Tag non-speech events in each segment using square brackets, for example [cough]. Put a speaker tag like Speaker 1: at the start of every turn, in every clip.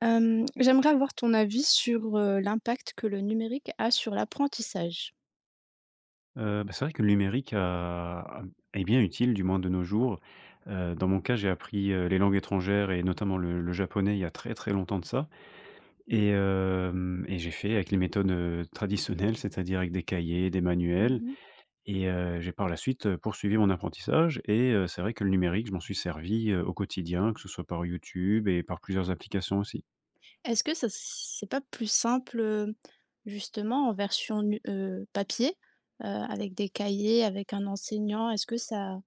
Speaker 1: J'aimerais avoir ton avis sur l'impact que le numérique a sur l'apprentissage.
Speaker 2: Bah, c'est vrai que le numérique est bien utile, du moins de nos jours. Dans mon cas, j'ai appris, les langues étrangères et notamment le japonais il y a très, très longtemps de ça et j'ai fait avec les méthodes, traditionnelles, c'est-à-dire avec des cahiers, des manuels.
Speaker 1: Mmh.
Speaker 2: Et j'ai par la suite, poursuivi mon apprentissage. Et c'est vrai que le numérique, je m'en suis servi, au quotidien, que ce soit par YouTube et par plusieurs applications aussi.
Speaker 1: Est-ce que ça c'est pas plus simple justement en version nu papier, avec des cahiers, avec un enseignant? Est-ce que ça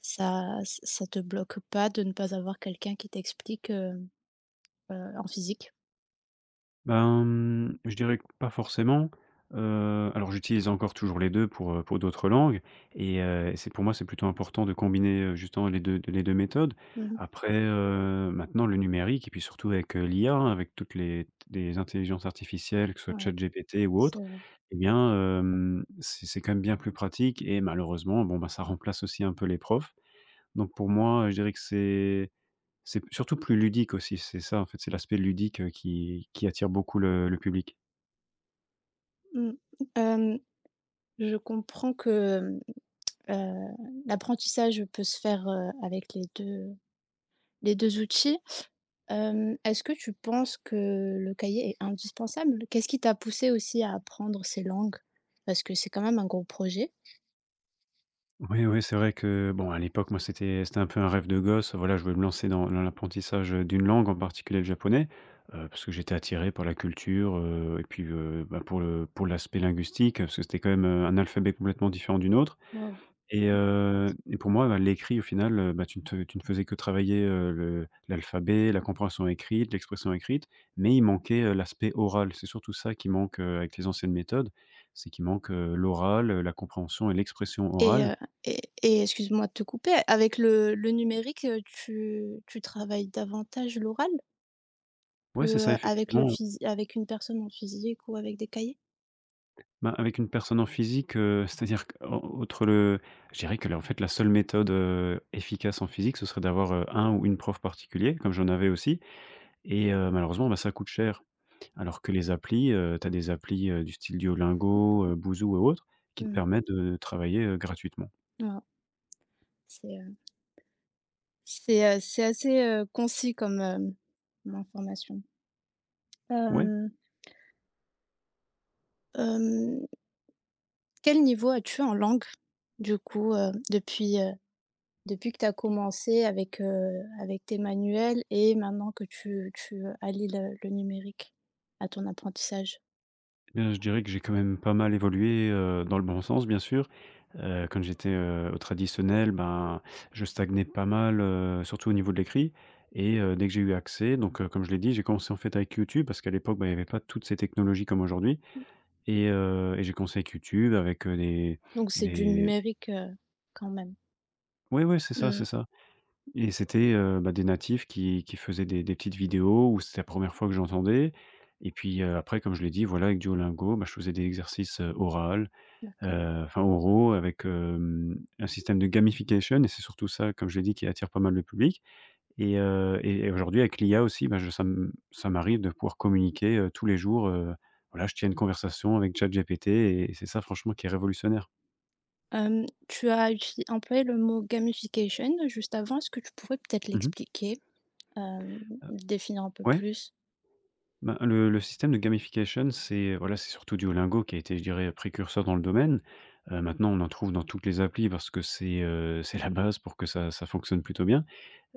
Speaker 1: ça ça te bloque pas de ne pas avoir quelqu'un qui t'explique, en physique?
Speaker 2: Ben, je dirais que pas forcément. Alors j'utilise encore toujours les 2 pour, pour d'autres langues. Et c'est pour moi, c'est plutôt important de combiner, justement les deux méthodes.
Speaker 1: Mmh.
Speaker 2: Après, maintenant le numérique et puis surtout avec, l'IA, hein, avec toutes les intelligences artificielles, que ce soit
Speaker 1: Ouais,
Speaker 2: ChatGPT ou autre.
Speaker 1: c'est vrai.
Speaker 2: Eh bien, c'est quand même bien plus pratique et malheureusement, bon, bah, ça remplace aussi un peu les profs. Donc pour moi, je dirais que c'est surtout plus ludique aussi, c'est ça en fait, c'est l'aspect ludique, qui attire beaucoup le public.
Speaker 1: Mmh. Hem, je comprends que, Heu, l'apprentissage peut se faire, avec les deux outils. Est-ce que tu penses que le cahier est indispensable? Qu'est-ce qui t'a poussé aussi à apprendre ces langues? Parce que c'est quand même un gros projet.
Speaker 2: Oui, oui, c'est vrai que, bon, à l'époque, moi, c'était un peu un rêve de gosse. Voilà, je voulais me lancer dans l'apprentissage, d'une langue, en particulier le japonais, parce que j'étais attiré par la culture, et puis, bah, pour l'aspect linguistique, parce que c'était quand même, un alphabet complètement différent d'une autre.
Speaker 1: Waouh!
Speaker 2: Et
Speaker 1: Mmh.
Speaker 2: heu et pour moi, bah, l'écrit au final, bah, tu ne faisais que travailler, le l'alphabet, la compréhension écrite, l'expression écrite, mais il manquait, l'aspect oral. C'est surtout ça qui manque, avec les anciennes méthodes, c'est qu'il manque, l'oral, la compréhension et l'expression
Speaker 1: Et
Speaker 2: orale.
Speaker 1: heu et excuse-moi de te couper, avec le numérique, tu travailles davantage l'oral
Speaker 2: Ouais, c'est ça
Speaker 1: qu'avec le
Speaker 2: effectivement,
Speaker 1: phys avec une personne en physique ou avec des cahiers?
Speaker 2: bah, avec une personne en physique, c'est-à-dire que en outre le je dirais que la en fait la seule méthode, efficace en physique, ce serait d'avoir, un ou une prof particulier, comme j'en avais aussi. Et malheureusement, bah, ça coûte cher. Alors que les applis, tu as des applis, du style Duolingo, Boozoo et autres, qui te
Speaker 1: Mmh,
Speaker 2: permettent de travailler, gratuitement.
Speaker 1: ouais, c'est, heu, c'est assez concis comme comme information.
Speaker 2: Ouais,
Speaker 1: Hem, hem, Quel niveau as-tu en langue, du coup, depuis que tu as commencé avec avec tes manuels et maintenant que tu allies le numérique à ton apprentissage?
Speaker 2: eh bien, je dirais que j'ai quand même pas mal évolué, dans le bon sens, bien sûr. Quand j'étais, au traditionnel, ben, je stagnais pas mal, surtout au niveau de l'écrit. Et dès que j'ai eu accès donc comme je l'ai dit, j'ai commencé, en fait, avec YouTube parce qu'à l'époque, ben, il y avait pas toutes ces technologies comme aujourd'hui. Et j'ai commencé avec YouTube, avec, heu, des
Speaker 1: Donc c'est du
Speaker 2: des
Speaker 1: numérique, quand même.
Speaker 2: Ouais, ouais, c'est ça,
Speaker 1: Mmh,
Speaker 2: c'est ça. Et c'était, bah, des natifs qui faisaient des petites vidéos où c'était la première fois que j'entendais. Et puis, après, comme je l'ai dit, voilà, avec Duolingo, bah, je faisais des exercices, oral,
Speaker 1: d'accord.
Speaker 2: enfin oraux avec, un système de gamification. Et c'est surtout ça, comme je l'ai dit, qui attire pas mal le public. Et aujourd'hui avec l'IA aussi, bah, je ça m ça m'arrive de pouvoir communiquer, tous les jours, voilà, je tiens une conversation avec ChatGPT et c'est ça franchement qui est révolutionnaire.
Speaker 1: Tu as utilis employé le mot gamification juste avant. Est-ce que tu pourrais peut-être
Speaker 2: Mmh mh.
Speaker 1: l'expliquer? Hem, le définir un peu
Speaker 2: Ouais?
Speaker 1: plus?
Speaker 2: Ben, le système de gamification, c'est voilà, c'est surtout Duolingo qui a été, je dirais, précurseur dans le domaine. Maintenant, on en trouve dans toutes les applis parce que c'est [laughs] la base pour que ça fonctionne plutôt bien.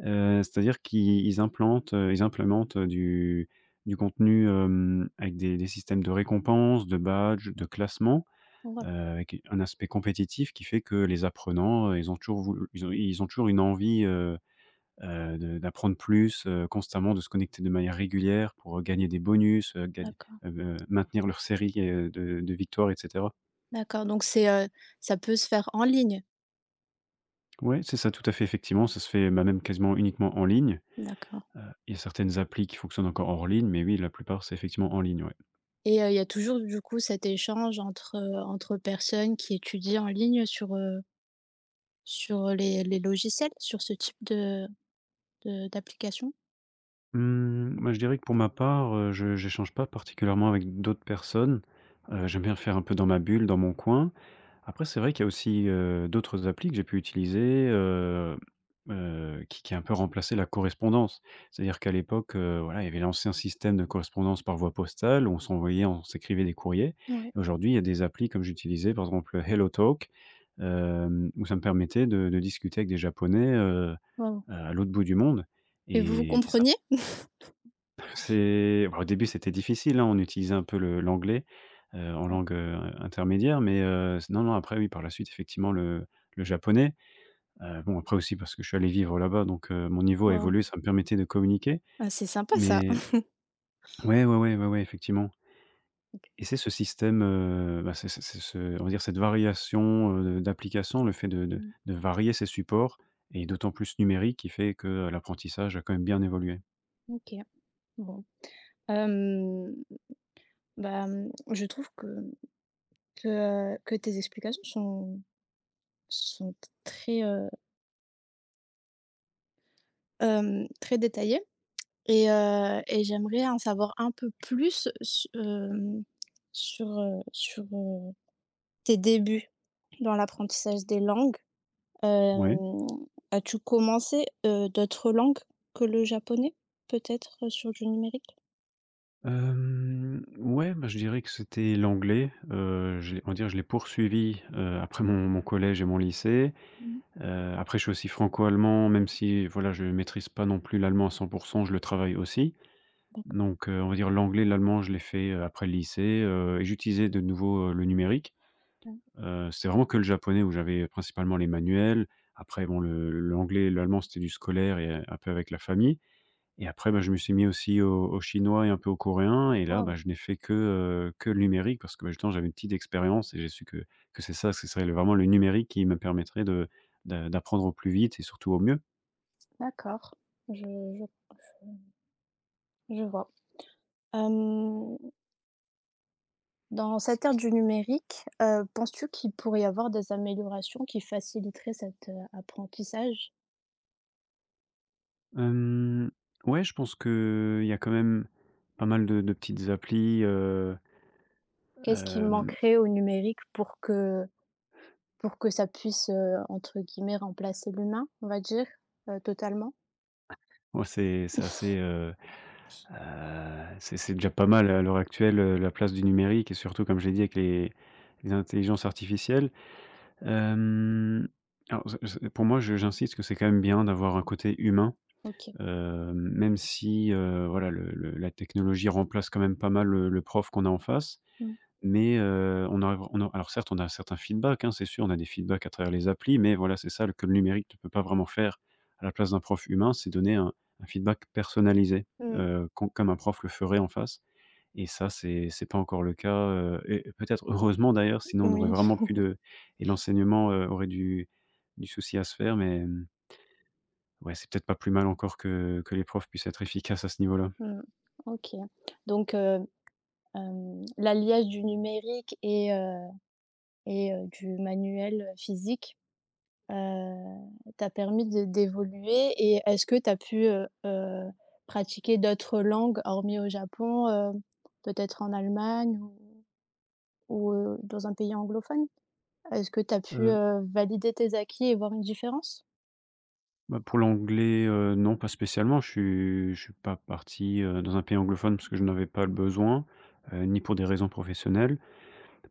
Speaker 2: C'est-à-dire qu'ils ils implantent, ils implémentent, du contenu, avec des systèmes de récompenses, de badges, de classements,
Speaker 1: Ouais,
Speaker 2: avec un aspect compétitif qui fait que les apprenants, ils ont toujours voulu ils ont toujours une envie, de d'apprendre plus, constamment, de se connecter de manière régulière pour, gagner des bonus, gagner
Speaker 1: d'accord,
Speaker 2: heu, maintenir leur série, de victoires, et cetera.
Speaker 1: d'accord, donc ça peut se faire en ligne?
Speaker 2: Ouais, c'est ça, tout à fait, effectivement, ça se fait, bah, même quasiment uniquement en ligne.
Speaker 1: D'accord.
Speaker 2: Heu, il y a certaines applis qui fonctionnent encore hors ligne, mais oui, la plupart, c'est effectivement en ligne, ouais.
Speaker 1: Et il y a toujours du coup cet échange entre personnes qui étudient en ligne sur sur les logiciels, sur ce type de d'application?
Speaker 2: Mmh, bah, je dirais que pour ma part, je n'échange pas particulièrement avec d'autres personnes. J'aime bien faire un peu dans ma bulle, dans mon coin. Après, c'est vrai qu'il y a aussi, d'autres applis que j'ai pu utiliser, qui a un peu remplacé la correspondance. C'est-à-dire qu'à l'époque, voilà, il y avait l'ancien système de correspondance par voie postale, on s'envoyait, on s'écrivait des courriers.
Speaker 1: Ouais.
Speaker 2: Et aujourd'hui, il y a des applis comme j'utilisais, par exemple HelloTalk, où ça me permettait de discuter avec des Japonais,
Speaker 1: Wow.
Speaker 2: à l'autre bout du monde.
Speaker 1: Et vous vous
Speaker 2: Et ça
Speaker 1: compreniez?
Speaker 2: c'est bah, au début, c'était difficile, hein, on utilisait un peu le l'anglais, en langue,
Speaker 1: D'accord.
Speaker 2: intermédiaire, mais s non, non, après oui, par la suite, effectivement, le japonais. Bon, après aussi parce que je suis allé vivre là-bas, donc mon niveau a
Speaker 1: Wow.
Speaker 2: évolué, ça me permettait de communiquer.
Speaker 1: Ah, c'est sympa ça!
Speaker 2: Mais ouais, ouais, ouais, ouais, ouais, effectivement.
Speaker 1: [laughs]
Speaker 2: Et c'est ce système, bah, c'est ce on va dire cette variation, d'applications, le fait de de
Speaker 1: Mmh.
Speaker 2: de varier ses supports et d'autant plus numérique qui fait que l'apprentissage a quand même bien évolué.
Speaker 1: OK, bon. Hem, Bah, mmh, je trouve que, que tes explications sont très très détaillées et j'aimerais en savoir un peu plus sur tes débuts dans l'apprentissage des langues.
Speaker 2: Ouais.
Speaker 1: Hem, As-tu commencé, d'autres langues que le japonais? Peut-être, sur du numérique?
Speaker 2: Ouais, bah, je dirais que c'était l'anglais, je l'ai, on va dire, je l'ai poursuivi, après mon collège et mon lycée.
Speaker 1: Mmh.
Speaker 2: Après, je suis aussi franco-allemand, même si voilà, je maîtrise pas non plus l'allemand à 100%. Je le travaille aussi.
Speaker 1: D'accord.
Speaker 2: Donc, on va dire l'anglais, l'allemand, je l'ai fait, après le lycée. Et j'utilisais de nouveau, le numérique. C'était vraiment que le japonais où j'avais principalement les manuels. Après, bon, le l'anglais et l'allemand, c'était du scolaire et un peu avec la famille. Et après, bah, je me suis mis aussi au chinois et un peu au coréen et là, bah,
Speaker 1: Waouh!
Speaker 2: je n'ai fait que, que le numérique parce que, bah, justement, j'avais une petite expérience et j'ai su que c'est ça, que ce serait vraiment le numérique qui me permettrait de d'a d'apprendre au plus vite et surtout au mieux.
Speaker 1: D'accord. Je je je vois. Hem, Dans cette ère du numérique, penses-tu qu'il pourrait y avoir des améliorations qui faciliteraient cet apprentissage?
Speaker 2: Hem, ouais, je pense que il y a quand même pas mal de petites applis,
Speaker 1: Qu'est-ce qui
Speaker 2: hem,
Speaker 1: manquerait au numérique pour que ça puisse, entre guillemets «remplacer l'humain», on va dire? Totalement?
Speaker 2: ouais, c'est assez, c'est déjà pas mal à l'heure actuelle, la place du numérique et surtout, comme je l'ai dit, avec les intelligences artificielles. Hem, alors, z z pour moi, je j'insiste que c'est quand même bien d'avoir un côté humain,
Speaker 1: OK.
Speaker 2: même si, voilà, le la technologie remplace quand même pas mal le prof qu'on a en face.
Speaker 1: Mmh.
Speaker 2: Mais, on a alors certes, on a un certain feedback, hein, c'est sûr, on a des feedbacks à travers les applis, mais voilà, c'est ça le que le numérique ne peut pas vraiment faire à la place d'un prof humain, c'est donner un feedback personnalisé,
Speaker 1: Mmh.
Speaker 2: comme un prof le ferait en face. Et ça, c'est pas encore le cas, et peut-être heureusement d'ailleurs, sinon on aurait
Speaker 1: Oui.
Speaker 2: vraiment
Speaker 1: [laughs]
Speaker 2: plus de. Et l'enseignement, aurait du souci à se faire mais, ouais, c'est peut-être pas plus mal encore que les profs puissent être efficaces à ce niveau-là.
Speaker 1: Mmh. OK. Donc, l'alliage du numérique et du manuel, physique Heu, t'a permis de d'évoluer et est-ce que tu as pu, pratiquer d'autres langues hormis au Japon, peut-être en Allemagne ou dans un pays anglophone? Est-ce que tu as pu, valider tes acquis et voir une différence?
Speaker 2: Bah, pour l'anglais, non, pas spécialement. Je suis pas parti, dans un pays anglophone parce que je n'avais pas le besoin, ni pour des raisons professionnelles.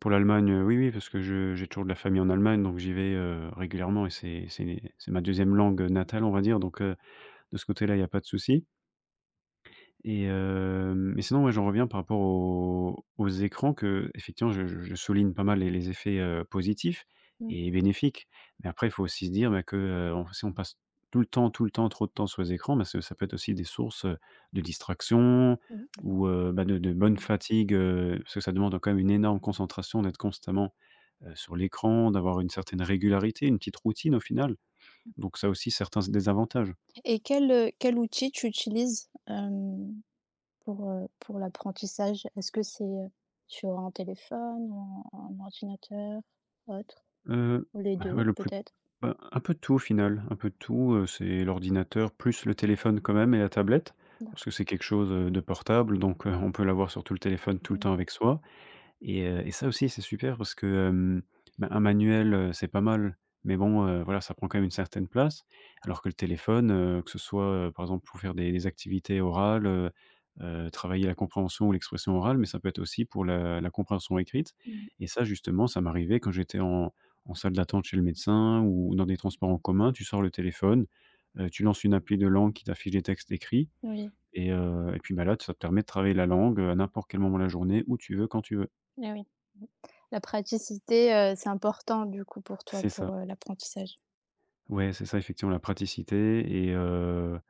Speaker 2: Pour l'Allemagne, oui, oui, parce que je j'ai toujours de la famille en Allemagne, donc j'y vais, régulièrement et c'est ma deuxième langue, natale, on va dire, donc de ce côté-là, il n'y a pas de souci. Mais sinon, ouais, j'en reviens par rapport aux écrans qu'effectivement je souligne pas mal les effets, positifs
Speaker 1: Mmh.
Speaker 2: et bénéfiques. Mais après, il faut aussi se dire, bah, que, on si on passe tout le temps, trop de temps sur les écrans, bah, ce ça peut être aussi des sources, de distraction
Speaker 1: Mmh mh.
Speaker 2: ou, bah, de bonne
Speaker 1: Ouais.
Speaker 2: fatigue, parce que ça demande quand même une énorme concentration d'être constamment, sur l'écran, d'avoir une certaine régularité, une petite routine au final. Donc ça a aussi, certains désavantages.
Speaker 1: Et quel outil tu utilises, pour l'apprentissage? Est-ce que c'est, sur un téléphone ou un ordinateur, autre?
Speaker 2: Heu,
Speaker 1: Ou les
Speaker 2: Bah,
Speaker 1: 2
Speaker 2: ouais, le plus
Speaker 1: peut-être?
Speaker 2: bah, un peu de tout au final, un peu de tout, c'est l'ordinateur plus le téléphone quand même et la tablette, parce
Speaker 1: D'accord.
Speaker 2: que c'est quelque chose, de portable donc on peut l'avoir sur tout le téléphone tout le
Speaker 1: Mmh.
Speaker 2: temps avec soi. Et ça aussi, c'est super parce que, bah, un manuel, c'est pas mal, mais bon, voilà, ça prend quand même une certaine place. Alors que le téléphone, que ce soit, par exemple pour faire des activités orales, travailler la compréhension ou l'expression orale, mais ça peut être aussi pour la compréhension écrite.
Speaker 1: Mmh.
Speaker 2: Et ça justement, ça m'arrivait quand j'étais en salle d'attente chez le médecin ou dans des transports en commun, tu sors le téléphone, tu lances une appli de langue qui t'affiche des textes écrits.
Speaker 1: Oui,
Speaker 2: Et puis, bah, là, ça te permet de travailler la langue, à n'importe quel moment de la journée, où tu veux, quand tu veux.
Speaker 1: ah oui. La praticité, c'est important du coup pour toi,
Speaker 2: C'est
Speaker 1: pour,
Speaker 2: ça.
Speaker 1: l'apprentissage.
Speaker 2: Ouais, c'est ça, effectivement, la praticité et heu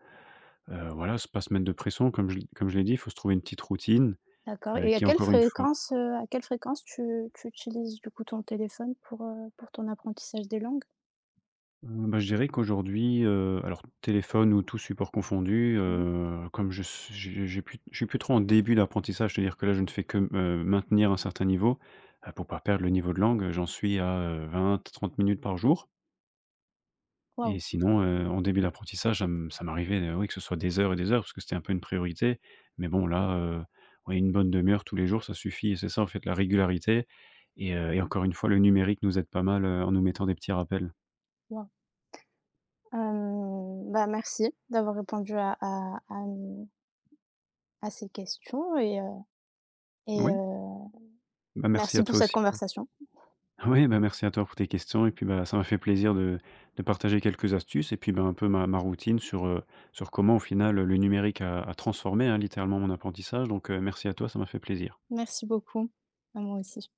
Speaker 2: heu, voilà, se pas se mettre de pression comme je l'ai dit, il faut se trouver une petite routine,
Speaker 1: D'accord. Et
Speaker 2: qui encore une fois.
Speaker 1: à quelle fréquence tu utilises du coup ton téléphone pour ton apprentissage des langues?
Speaker 2: Mmh, Bah, je dirais qu'aujourd'hui, alors téléphone ou tout support confondu,
Speaker 1: Mmh.
Speaker 2: comme je s j'ai plus je suis plus trop en début d'apprentissage, c'est-à-dire que là, je ne fais que, maintenir un certain niveau, pour pas perdre le niveau de langue, j'en suis à, 20-30 minutes par jour.
Speaker 1: Waouh,
Speaker 2: Et sinon, en début d'apprentissage, ça m'arrivait, oui, que ce soit des heures et des heures parce que c'était un peu une priorité. Mais bon là, ouais, une bonne demi heure tous les jours, ça suffit et c'est ça en fait la régularité. Et encore une fois, le numérique nous aide pas mal, en nous mettant des petits rappels.
Speaker 1: waouh. Bah, merci d'avoir répondu à ces questions et
Speaker 2: Oui,
Speaker 1: heu
Speaker 2: bah, merci à
Speaker 1: Merci pour
Speaker 2: toi
Speaker 1: cette
Speaker 2: aussi pour
Speaker 1: conversation.
Speaker 2: [laughs] oui, bah, merci à toi pour tes questions et puis, bah, ça m'a fait plaisir de partager quelques astuces et puis, bah, un peu ma routine sur, sur comment au final, le numérique a transformé, hein, littéralement mon apprentissage, donc, merci à toi, ça m'a fait plaisir.
Speaker 1: Merci beaucoup, à moi aussi.